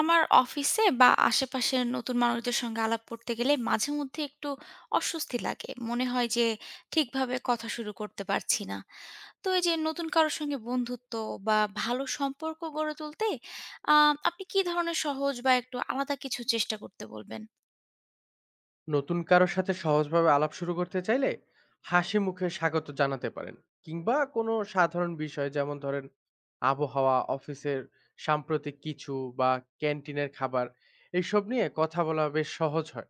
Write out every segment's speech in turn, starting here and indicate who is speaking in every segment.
Speaker 1: আমার অফিসে বা আশেপাশের নতুন মানুষদের সঙ্গে আলাপ করতে গেলে মাঝে মধ্যে একটু অস্বস্তি লাগে, মনে হয় যে ঠিকভাবে কথা শুরু করতে পারছি না। তো এই যে নতুন কারোর সঙ্গে বন্ধুত্ব বা ভালো সম্পর্ক গড়ে তুলতে, আপনি কি ধরনের সহজ বা একটু আলাদা কিছু চেষ্টা করতে বলবেন?
Speaker 2: নতুন কারো সাথে সহজভাবে আলাপ শুরু করতে চাইলে হাসি মুখে স্বাগত জানাতে পারেন। কিংবা কোনো সাধারণ বিষয় যেমন ধরেন আবহাওয়া, অফিসের সাম্প্রতিক কিছু বা ক্যান্টিনের খাবার এইসব নিয়ে কথা বলা বেশ সহজ হয়।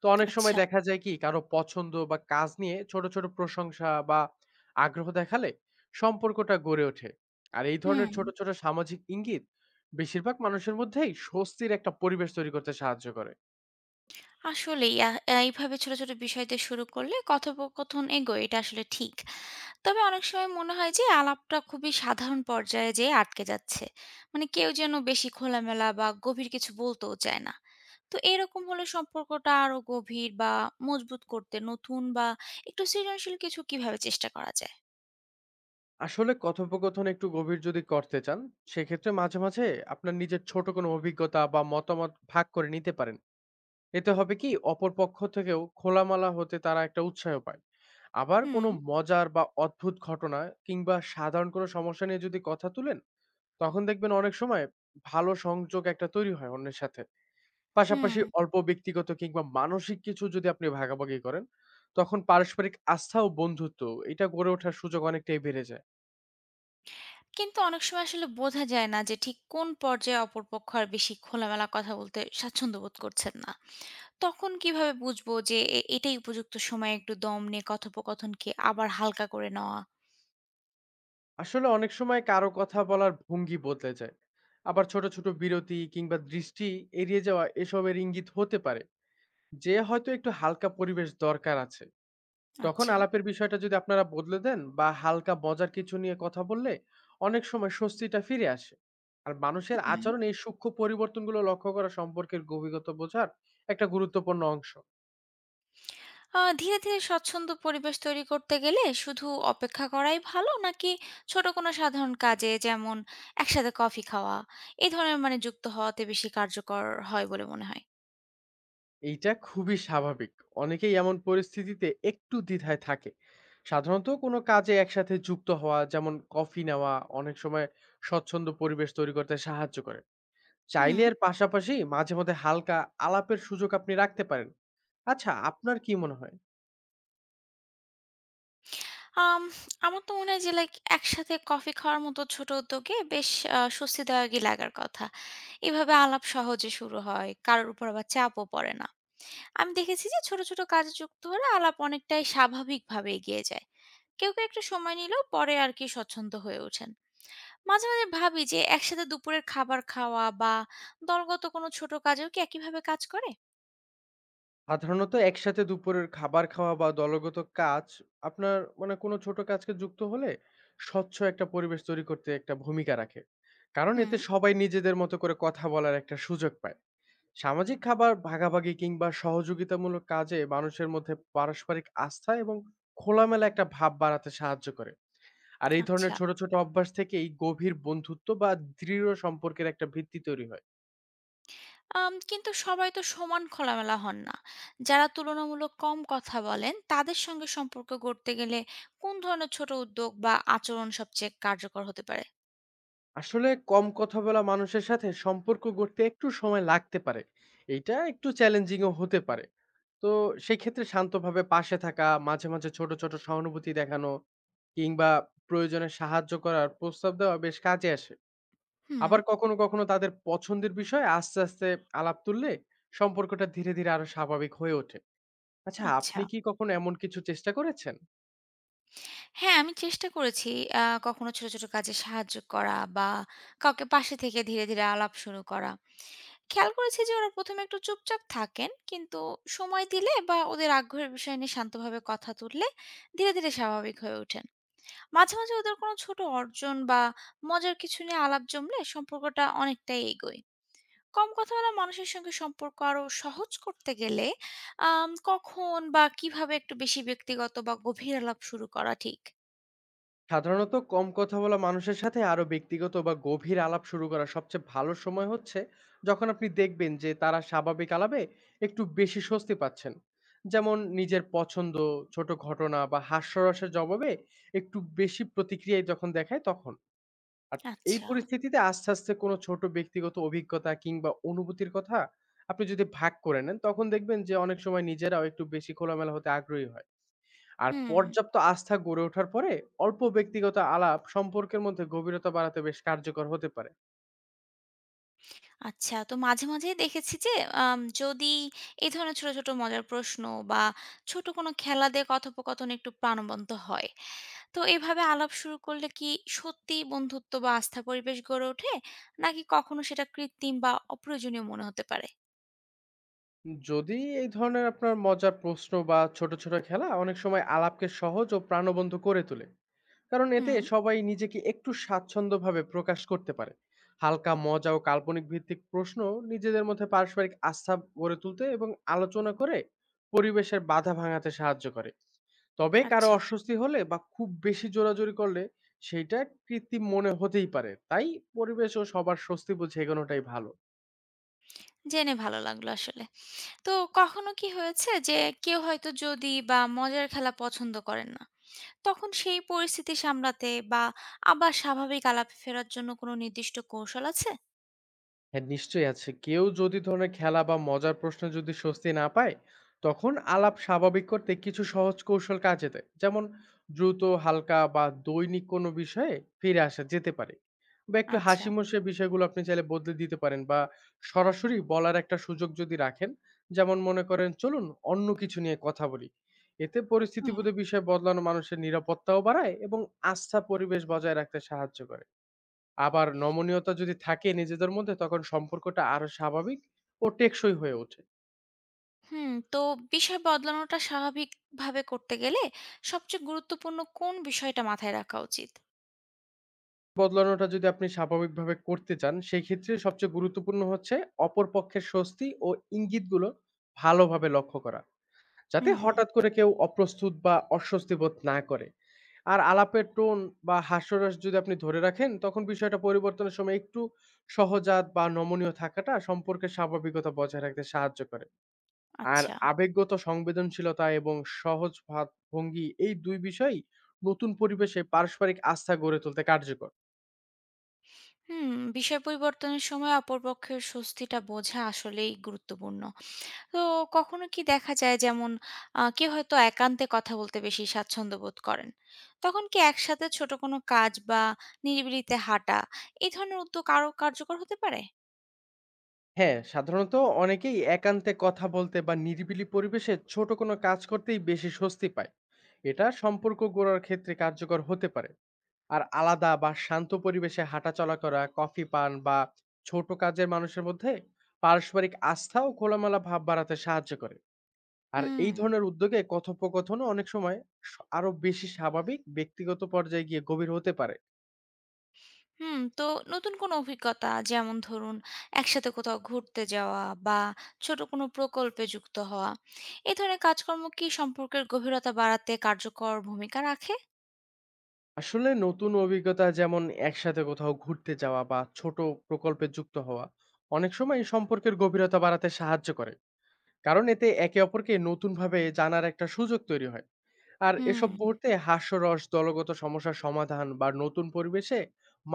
Speaker 2: তো অনেক সময়
Speaker 1: আচ্ছা।
Speaker 2: দেখা যায় কি কারো পছন্দ বা কাজ নিয়ে ছোট ছোট প্রশংসা বা আগ্রহ দেখালে সম্পর্কটা গড়ে ওঠে। আর এই
Speaker 1: হুম।
Speaker 2: ধরনের ছোট ছোট সামাজিক ইঙ্গিত বেশিরভাগ মানুষের মধ্যেই স্বস্তির একটা পরিবেশ তৈরি করতে সাহায্য করে।
Speaker 1: আসলেই। এইভাবে ছোট, ছোট বিষয় দিয়ে শুরু করলে কথোপকথন এগোয়, এটা আসলে ঠিক। তবে অনেক সময় মনে হয় যে আলাপটা খুবই সাধারণ পর্যায়ে যেয়ে আটকে যাচ্ছে। মানে কেউ যেন বেশি খোলামেলা বা গভীর কিছু বলতেও চায় না। তো এরকম হলে সম্পর্কটা আরো গভীর বা মজবুত করতে নতুন বা একটু সৃজনশীল কিছু কিভাবে চেষ্টা করা যায়?
Speaker 2: আসলে কথোপকথন একটু গভীর যদি করতে চান, সেক্ষেত্রে মাঝে মাঝে আপনার নিজের ছোট কোনো অভিজ্ঞতা বা মতামত ভাগ করে নিতে পারেন। এতে হবে কি অপর পক্ষ থেকেও খোলামেলা হতে তারা একটা উৎসাহ পায়। আবার কোনো
Speaker 1: হুম,
Speaker 2: মজার বা অদ্ভুত ঘটনা কিংবা সাধারণ কোনো সমস্যা নিয়ে যদি কথা তুলেন, তখন দেখবেন অনেক সময় ভালো সংযোগ একটা তৈরি হয় অন্যের সাথে।
Speaker 1: হুম।
Speaker 2: পাশাপাশি অল্প ব্যক্তিগত কিংবা মানসিক কিছু যদি আপনি ভাগাভাগি করেন, তখন পারস্পরিক আস্থা ও বন্ধুত্ব এটা গড়ে ওঠার সুযোগ অনেকটাই বেড়ে যায়।
Speaker 1: কিন্তু অনেক সময় আসলে বোঝা যায় না যে ঠিক কোন পর্যায়ে অপরপক্ষ আর বেশি খোলামেলা কথা বলতে স্বাচ্ছন্দ্য বোধ করছেন না। তখন কিভাবে বুঝবো যে এটাই উপযুক্ত সময় একটু দম নিয়ে কথোপকথনকে আবার হালকা করে নেওয়া?
Speaker 2: আসলে অনেক সময় কারো কথা বলার ভঙ্গি বদলে যায়। আবার ছোট ছোট বিরতি কিংবা দৃষ্টি এড়িয়ে যাওয়া এসবের ইঙ্গিত হতে পারে যে হয়তো একটু হালকা পরিবেশ দরকার আছে। তখন
Speaker 1: আচ্ছা।
Speaker 2: আলাপের বিষয়টা যদি আপনারা বদলে দেন বা হালকা মজার কিছু নিয়ে কথা বললে অনেক সময় স্বস্তিটা ফিরে আসে। আর মানুষের
Speaker 1: হুম।
Speaker 2: আচরণ এই সূক্ষ্ম পরিবর্তনগুলো লক্ষ্য করা সম্পর্কের গভীরতা বোঝার একটা গুরুত্বপূর্ণ অংশ।
Speaker 1: ধীরে, ধীরে স্বচ্ছন্দ পরিবেশ তৈরি করতে গেলে শুধু অপেক্ষা করাই ভালো, নাকি ছোট কোনো সাধারণ কাজে, যেমন একসাথে কফি খাওয়া, এই ধরনের মানে যুক্ত হওয়াতে বেশি কার্যকর হয় বলে মনে হয়?
Speaker 2: এইটা খুবই স্বাভাবিক। অনেকেই এমন পরিস্থিতিতে একটু দ্বিধায় থাকে। সাধারণত কোনো কাজে একসাথে যুক্ত হওয়া যেমন কফি নেওয়া অনেক সময় স্বচ্ছন্দ পরিবেশ তৈরি করতে সাহায্য করে।
Speaker 1: হুম।
Speaker 2: চাইলে এর পাশাপাশি মাঝে মধ্যে হালকা আলাপের সুযোগ আপনি রাখতে পারেন। আচ্ছা আপনার কি মনে হয়?
Speaker 1: আম আমার তো মনে হয় যে একসাথে কফি খাওয়ার মতো ছোট উদ্যোগে বেশ স্বস্তিদায়কই লাগার কথা। এভাবে আলাপ সহজে শুরু হয়, কারোর উপর আবার চাপও পড়ে না। আমি দেখেছি যে ছোট ছোট কাজে যুক্ত হলে আলাপ অনেকটাই স্বাভাবিকভাবে এগিয়ে যায়। কেউ কেউ একটা সময় নিলেও পরে আর কি স্বচ্ছন্দ হয়ে ওঠেন। মাঝে মাঝে ভাবি যে একসাথে দুপুরের খাবার খাওয়া বা দলগত কোনো ছোট কাজেও কি একইভাবে কাজ করে?
Speaker 2: সাধারণত একসাথে দুপুরের খাবার খাওয়া বা দলগত কাজ আপনার মানে কোনো ছোট কাজকে যুক্ত হলে স্বচ্ছ একটা পরিবেশ তৈরি করতে একটা ভূমিকা রাখে। কারণ
Speaker 1: হুম।
Speaker 2: এতে সবাই নিজেদের মতো করে কথা বলার একটা সুযোগ পায়। সামাজিক খাবার ভাগাভাগি কিংবা সহযোগিতামূলক কাজে মানুষের মধ্যে পারস্পরিক আস্থা এবং খোলামেলা একটা ভাব বাড়াতে সাহায্য করে। আর এই ধরনের
Speaker 1: আচ্ছা।
Speaker 2: ছোট ছোট অভ্যাস থেকেই গভীর বন্ধুত্ব বা দৃঢ় সম্পর্কের একটা ভিত্তি তৈরি হয়।
Speaker 1: কিন্তু সবাই তো সমান খোলামেলা হন না। যারা তুলনামূলক কম কথা বলেন, তাদের সঙ্গে সম্পর্ক গড়তে গেলে কোন ধরনের ছোট উদ্যোগ বা আচরণ সবচেয়ে কার্যকর হতে পারে?
Speaker 2: আসলে কম কথা বলা মানুষের সাথে সম্পর্ক গড়তে একটু সময় লাগতে পারে, এটা একটু চ্যালেঞ্জিংও হতে পারে। তো সেই ক্ষেত্রে শান্তভাবে পাশে থাকা, মাঝে মাঝে ছোট ছোট সহানুভূতি দেখানো কিংবা প্রয়োজনে সাহায্য করার প্রস্তাব দেওয়া বেশ কাজে আসে।
Speaker 1: হুম।
Speaker 2: আবার কখনো কখনো তাদের পছন্দের বিষয়ে আস্তে আস্তে আলাপ তুললে সম্পর্কটা ধীরে ধীরে আরো স্বাভাবিক হয়ে ওঠে। আচ্ছা
Speaker 1: আচ্ছা।
Speaker 2: আপনি কি কখনো এমন কিছু চেষ্টা করেছেন?
Speaker 1: হ্যাঁ, আমি চেষ্টা করেছি। কখনো ছোট, ছোট কাজে সাহায্য করা, বা কাউকে পাশে থেকে ধীরে, ধীরে আলাপ শুরু করা। খেয়াল করেছি যে ওরা ১ম এ একটু চুপচাপ থাকেন। কিন্তু সময় দিলে বা ওদের আগ্রহের বিষয় নিয়ে শান্তভাবে কথা তুললে ধীরে, ধীরে স্বাভাবিক হয়ে ওঠেন। মাঝে, মাঝে ওদের কোনো ছোট অর্জন বা মজার কিছু নিয়ে আলাপ জমলে সম্পর্কটা অনেকটাই এগোয়। কম কথা বলা মানুষের সঙ্গে সম্পর্ক আরো সহজ করতে গেলে কখন বা কিভাবে একটু বেশি ব্যক্তিগত বা গভীর আলাপ শুরু করা ঠিক?
Speaker 2: সাধারণত কম কথা বলা মানুষের সাথে আরো ব্যক্তিগত বা গভীর আলাপ শুরু করার সবচেয়ে ভালো সময় হচ্ছে যখন আপনি দেখবেন যে তারা স্বাভাবিক আলাপে একটু বেশি স্বস্তি পাচ্ছেন। যেমন নিজের পছন্দ, ছোট ঘটনা বা হাস্যরসের জবাবে একটু বেশি প্রতিক্রিয়ায় যখন দেখায় তখন। আর এই
Speaker 1: আচ্ছা।
Speaker 2: পরিস্থিতিতে আস্তে আস্তে কোনো ছোট ব্যক্তিগত অভিজ্ঞতা কিংবা অনুভূতির কথা আপনি যদি ভাগ করে নেন, তখন দেখবেন যে অনেক সময় নিজেরাও একটু বেশি খোলামেলা হতে আগ্রহী হয়। আর
Speaker 1: হুম।
Speaker 2: পর্যাপ্ত আস্থা গড়ে ওঠার পরে অল্প ব্যক্তিগত আলাপ সম্পর্কের মধ্যে গভীরতা বাড়াতে বেশ কার্যকর হতে পারে।
Speaker 1: আচ্ছা, তো মাঝে, মাঝে দেখেছি যে যদি এই ধরনের ছোট, ছোট মজার প্রশ্ন বা ছোট কোনো খেলা দিয়ে কথোপকথন একটু প্রাণবন্ত হয়। তো এভাবে আলাপ শুরু করলে কি সত্যিই বন্ধুত্ব বা আস্থার পরিবেশ গড়ে ওঠে? নাকি কখনো সেটা কৃত্রিম বা অপ্রয়োজনীয় মনে হতে পারে?
Speaker 2: যদি এই ধরনের আপনার মজার প্রশ্ন বা ছোট ছোট খেলা অনেক সময় আলাপকে সহজ ও প্রাণবন্ত করে তোলে। কারণ এতে
Speaker 1: হুম।
Speaker 2: সবাই নিজেকে একটু স্বাচ্ছন্দ্যভাবে প্রকাশ করতে পারে। হালকা মজা ও কাল্পনিক ভিত্তিক প্রশ্ন নিজেদের মধ্যে পারস্পরিক আস্থা গড়ে তুলতে এবং আলোচনা করে পরিবেশের বাধা ভাঙাতে সাহায্য করে। তবে কারো
Speaker 1: আচ্ছা।
Speaker 2: অস্বস্তি হলে বা খুব বেশি জোরাজোরি করলে সেইটা কৃত্রিম মনে হতেই পারে। তাই পরিবেশ ও সবার স্বস্তি বুঝে এগোনোটাই ভালো।
Speaker 1: জেনে ভালো লাগলো আসলে। তো কখনো কি হয়েছে যে কেউ হয়তো যদি বা মজার খেলা পছন্দ করেন না, তখন সেই পরিস্থিতি সামলাতে বা আবার স্বাভাবিক আলাপে ফেরার জন্য কোনো নির্দিষ্ট কৌশল আছে?
Speaker 2: হ্যাঁ, নিশ্চয়ই আছে। কেউ যদি ধরনের খেলা বা মজার প্রশ্নে যদি স্বস্তি না পায়, তখন আলাপ স্বাভাবিক করতে কিছু সহজ কৌশল কাজে দেয়। যেমন দ্রুত, হালকা বা দৈনিক কোনো বিষয়ে ফিরে আসা যেতে পারে। বা একটু
Speaker 1: আচ্ছা।
Speaker 2: হাসিমুখে বিষয়গুলো আপনি চাইলে বদলে দিতে পারেন বা সরাসরি বলার একটা সুযোগ যদি রাখেন, যেমন মনে করেন চলুন অন্য কিছু নিয়ে কথা বলি। এতে
Speaker 1: হুম।
Speaker 2: পরিস্থিতিবোধে বিষয় বদলানো মানুষের নিরাপত্তাও বাড়ায় এবং আস্থা পরিবেশ বজায় রাখতে সাহায্য করে। আবার নমনীয়তা যদি থাকে নিজেদের মধ্যে তখন সম্পর্কটা আরো স্বাভাবিক ও টেকসই হয়ে ওঠে।
Speaker 1: হুম। তো বিষয় বদলানোটা স্বাভাবিকভাবে করতে গেলে সবচেয়ে গুরুত্বপূর্ণ কোন বিষয়টা মাথায় রাখা উচিত?
Speaker 2: বদলানোটা যদি আপনি স্বাভাবিকভাবে করতে চান সেক্ষেত্রে সবচেয়ে গুরুত্বপূর্ণ হচ্ছে অপর পক্ষের স্বস্তি ও ইঙ্গিতগুলো ভালোভাবে লক্ষ্য করা। যাতে
Speaker 1: হুম।
Speaker 2: হঠাৎ করে কেউ অপ্রস্তুত বা অস্বস্তি বোধ না করে। আর আলাপের টোন বা হাস্যরস যদি আপনি ধরে রাখেন তখন বিষয়টা পরিবর্তনের সময় একটু সহজাত বা নমনীয় থাকাটা সম্পর্কের স্বাভাবিকতা বজায় রাখতে সাহায্য করে। আর
Speaker 1: আচ্ছা।
Speaker 2: আবেগগত সংবেদনশীলতা এবং সহজ ভাব ভঙ্গি এই দুই বিষয়ই নতুন পরিবেশে পারস্পরিক আস্থা গড়ে তুলতে কার্যকর।
Speaker 1: হুম। বিষয় পরিবর্তনের সময় অপরপক্ষের স্বস্তিটা বোঝা আসলেই গুরুত্বপূর্ণ। তো কখনো কি দেখা যায়, যেমন কেউ হয়তো একান্তে কথা বলতে বেশি স্বাচ্ছন্দ্য বোধ করেন। তখন কি একসাথে ছোট কোনো কাজ বা নিরিবিলিতে হাঁটা, এই ধরনের উদ্যোগ আরো কার্যকর হতে পারে?
Speaker 2: হ্যাঁ, সাধারণত অনেকেই একান্তে কথা বলতে বা নিরিবিলি পরিবেশে ছোট কোনো কাজ করতেই বেশি স্বস্তি পায়। এটা সম্পর্ক গড়ার ক্ষেত্রে কার্যকর হতে পারে। আর আলাদা বা শান্ত পরিবেশে হাঁটাচলা করা, কফি পান বা ছোট কাজের মানুষের মধ্যে পারস্পরিক আস্থা ও খোলামেলা ভাব বাড়াতে সাহায্য করে। আর
Speaker 1: হুম,
Speaker 2: এই ধরনের উদ্যোগে কথোপকথনও অনেক সময় স আরো বেশি স্বাভাবিক, ব্যক্তিগত পর্যায়ে গিয়ে গভীর হতে পারে।
Speaker 1: হুম। তো নতুন কোনো অভিজ্ঞতা, যেমন ধরুন একসাথে কোথাও ঘুরতে যাওয়া বা ছোট কোনো প্রকল্পে যুক্ত হওয়া, এ ধরনের কাজকর্ম কি সম্পর্কের গভীরতা বাড়াতে কার্যকর ভূমিকা রাখে?
Speaker 2: আসলে নতুন অভিজ্ঞতা যেমন একসাথে কোথাও ঘুরতে যাওয়া বা ছোট প্রকল্পে যুক্ত হওয়া, অনেক সময় এই সম্পর্কের গভীরতা বাড়াতে সাহায্য করে। কারণ এতে একে অপরকে নতুনভাবে জানার একটা সুযোগ তৈরি হয়। আর এসব
Speaker 1: হুম,
Speaker 2: মুহূর্তে হাস্যরস, দলগত সমস্যার সমাধান বা নতুন পরিবেশে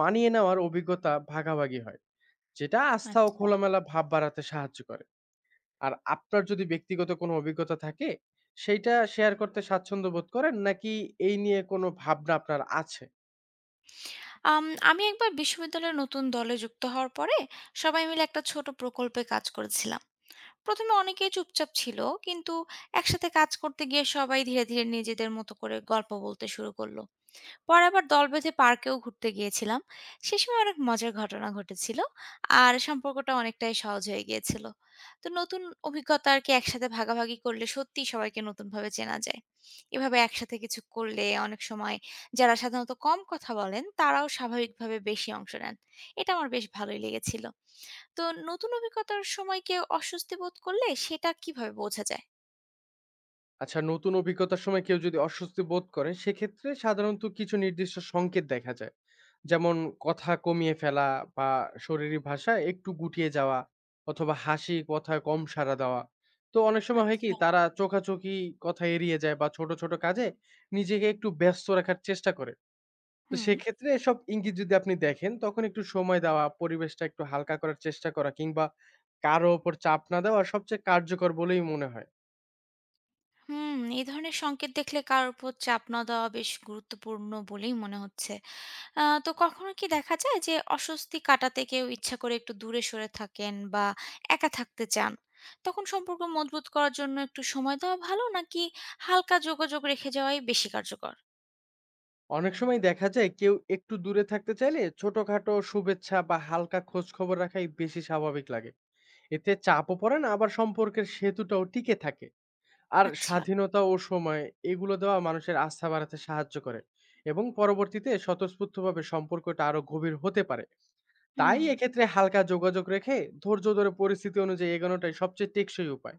Speaker 2: মানিয়ে নেওয়ার অভিজ্ঞতা ভাগাভাগি হয়, যেটা আস্থা ও
Speaker 1: আচ্ছা।
Speaker 2: খোলামেলা ভাব বাড়াতে সাহায্য করে। আর আপনার যদি ব্যক্তিগত কোনো অভিজ্ঞতা থাকে, সেইটা শেয়ার করতে স্বাচ্ছন্দ্য বোধ করেন? নাকি এই নিয়ে কোনো ভাবনা আপনার আছে?
Speaker 1: আমি একবার বিশ্ববিদ্যালয়ের নতুন দলে যুক্ত হওয়ার পরে সবাই মিলে একটা ছোট প্রকল্পে কাজ করেছিলাম। প্রথমে অনেকেই চুপচাপ ছিল, কিন্তু একসাথে কাজ করতে গিয়ে সবাই ধীরে ধীরে নিজেদের মতো করে গল্প বলতে শুরু করলো। পরে আবার দল বেঁধে পার্কেও ঘুরতে গিয়েছিলাম। সে সময় অনেক মজার ঘটনা ঘটেছিল। আর সম্পর্কটা অনেকটাই সহজ হয়ে গিয়েছিল। তো নতুন অভিজ্ঞতা আরকি একসাথে ভাগাভাগি করলে সত্যিই সবাইকে নতুনভাবে চেনা যায়। এভাবে একসাথে কিছু করলে অনেক সময় যারা সাধারণত কম কথা বলেন, তারাও স্বাভাবিকভাবে বেশি অংশ নেন। এটা আমার বেশ ভালোই লেগেছিল। তো নতুন অভিজ্ঞতার সময় কেউ অস্বস্তি বোধ করলে সেটা কিভাবে বোঝা যায়?
Speaker 2: আচ্ছা নতুন অভিজ্ঞতার সময় কেউ যদি অস্বস্তি বোধ করে, সেক্ষেত্রে সাধারণত কিছু নির্দিষ্ট সংকেত দেখা যায়। যেমন কথা কমিয়ে ফেলা বা শরীরী ভাষায় একটু গুটিয়ে যাওয়া অথবা হাসি, কথায় কম সাড়া দেওয়া। তো অনেক সময় হয় কি
Speaker 1: আচ্ছা।
Speaker 2: তারা চোখাচোখি কথা এড়িয়ে যায় বা ছোট ছোট কাজে নিজেকে একটু ব্যস্ত রাখার চেষ্টা করে। তো
Speaker 1: হুম।
Speaker 2: সেক্ষেত্রে এসব ইঙ্গিত যদি আপনি দেখেন, তখন একটু সময় দেওয়া, পরিবেশটা একটু হালকা করার চেষ্টা করা কিংবা কারো ওপর চাপ না দেওয়া সবচেয়ে কার্যকর বলেই মনে হয়।
Speaker 1: হুম, এই ধরনের সংকেত দেখলে কারোর উপর চাপ না দেওয়া বেশ গুরুত্বপূর্ণ বলেই মনে হচ্ছে। তো কখনো কি দেখা যায় যে অস্বস্তি কাটাতে কেউ ইচ্ছা করে একটু দূরে সরে থাকেন বা একা থাকতে চান? তখন সম্পর্ক মজবুত করার জন্য একটু সময় দেওয়া ভালো, নাকি হালকা যোগাযোগ রেখে যাওয়াই বেশি কার্যকর?
Speaker 2: অনেক সময় দেখা যায় কেউ একটু দূরে থাকতে চাইলে ছোটখাটো শুভেচ্ছা বা হালকা খোঁজখবর রাখাই বেশি স্বাভাবিক লাগে। এতে চাপও পড়ে না, আবার সম্পর্কের সেতুটাও টিকে থাকে। আর
Speaker 1: আচ্ছা,
Speaker 2: স্বাধীনতা ও সময় এগুলো দেওয়া মানুষের আস্থা বাড়াতে সাহায্য করে এবং পরবর্তীতে স্বতঃস্ফূর্তভাবে সম্পর্কটা আরো গভীর হতে পারে। তাই
Speaker 1: হুম।
Speaker 2: এক্ষেত্রে হালকা যোগাযোগ রেখে ধৈর্য ধরে পরিস্থিতি অনুযায়ী এগোনোটাই সবচেয়ে টেকসই উপায়।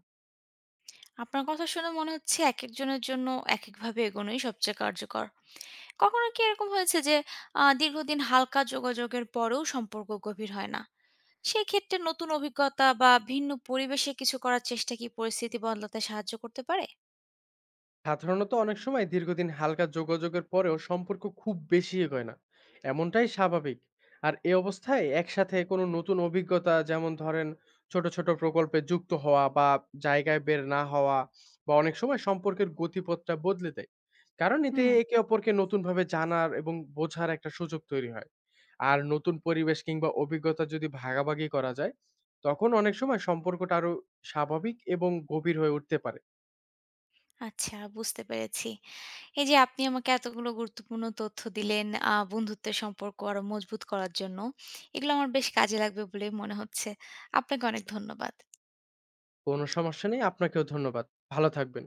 Speaker 1: আপনার কথা শুনে মনে হচ্ছে একেকজনের জন্য একেকভাবে এগোনোই সবচেয়ে কার্যকর। কখনো কি এরকম হয়েছে যে দীর্ঘদিন হালকা যোগাযোগের পরেও সম্পর্ক গভীর হয় না? সেক্ষেত্রে নতুন অভিজ্ঞতা বা ভিন্ন পরিবেশে কিছু করার চেষ্টা কি পরিস্থিতি বদলাতে সাহায্য করতে পারে?
Speaker 2: সাধারণত অনেক সময় দীর্ঘদিন হালকা যোগাযোগের পরেও সম্পর্ক খুব বেশি এগোয় না, এমনটাই স্বাভাবিক। আর এই অবস্থায় একসাথে কোনো নতুন অভিজ্ঞতা যেমন ধরেন ছোট ছোট প্রকল্পে যুক্ত হওয়া বা জায়গায় বের না হওয়া বা অনেক সময় সম্পর্কের গতিপথটা বদলে দেয়। কারণ এতে
Speaker 1: হুম,
Speaker 2: একে অপরকে নতুনভাবে জানার এবং বোঝার একটা সুযোগ তৈরি হয়। আর নতুন পরিবেশ কিংবা অভিজ্ঞতা যদি ভাগাভাগি করা যায় তখন অনেক সময় সম্পর্কটা আরো স্বাভাবিক এবং গভীর হয়ে উঠতে পারে।
Speaker 1: আচ্ছা, বুঝতে পেরেছি। এই যে আপনি আমাকে এতগুলো গুরুত্বপূর্ণ তথ্য দিলেন বন্ধুত্বের সম্পর্ক আরো মজবুত করার জন্য। এগুলো আমার বেশ কাজে লাগবে বলেই মনে হচ্ছে। আপনাকে অনেক ধন্যবাদ।
Speaker 2: কোনো সমস্যা নেই। আপনাকেও ধন্যবাদ। ভালো থাকবেন।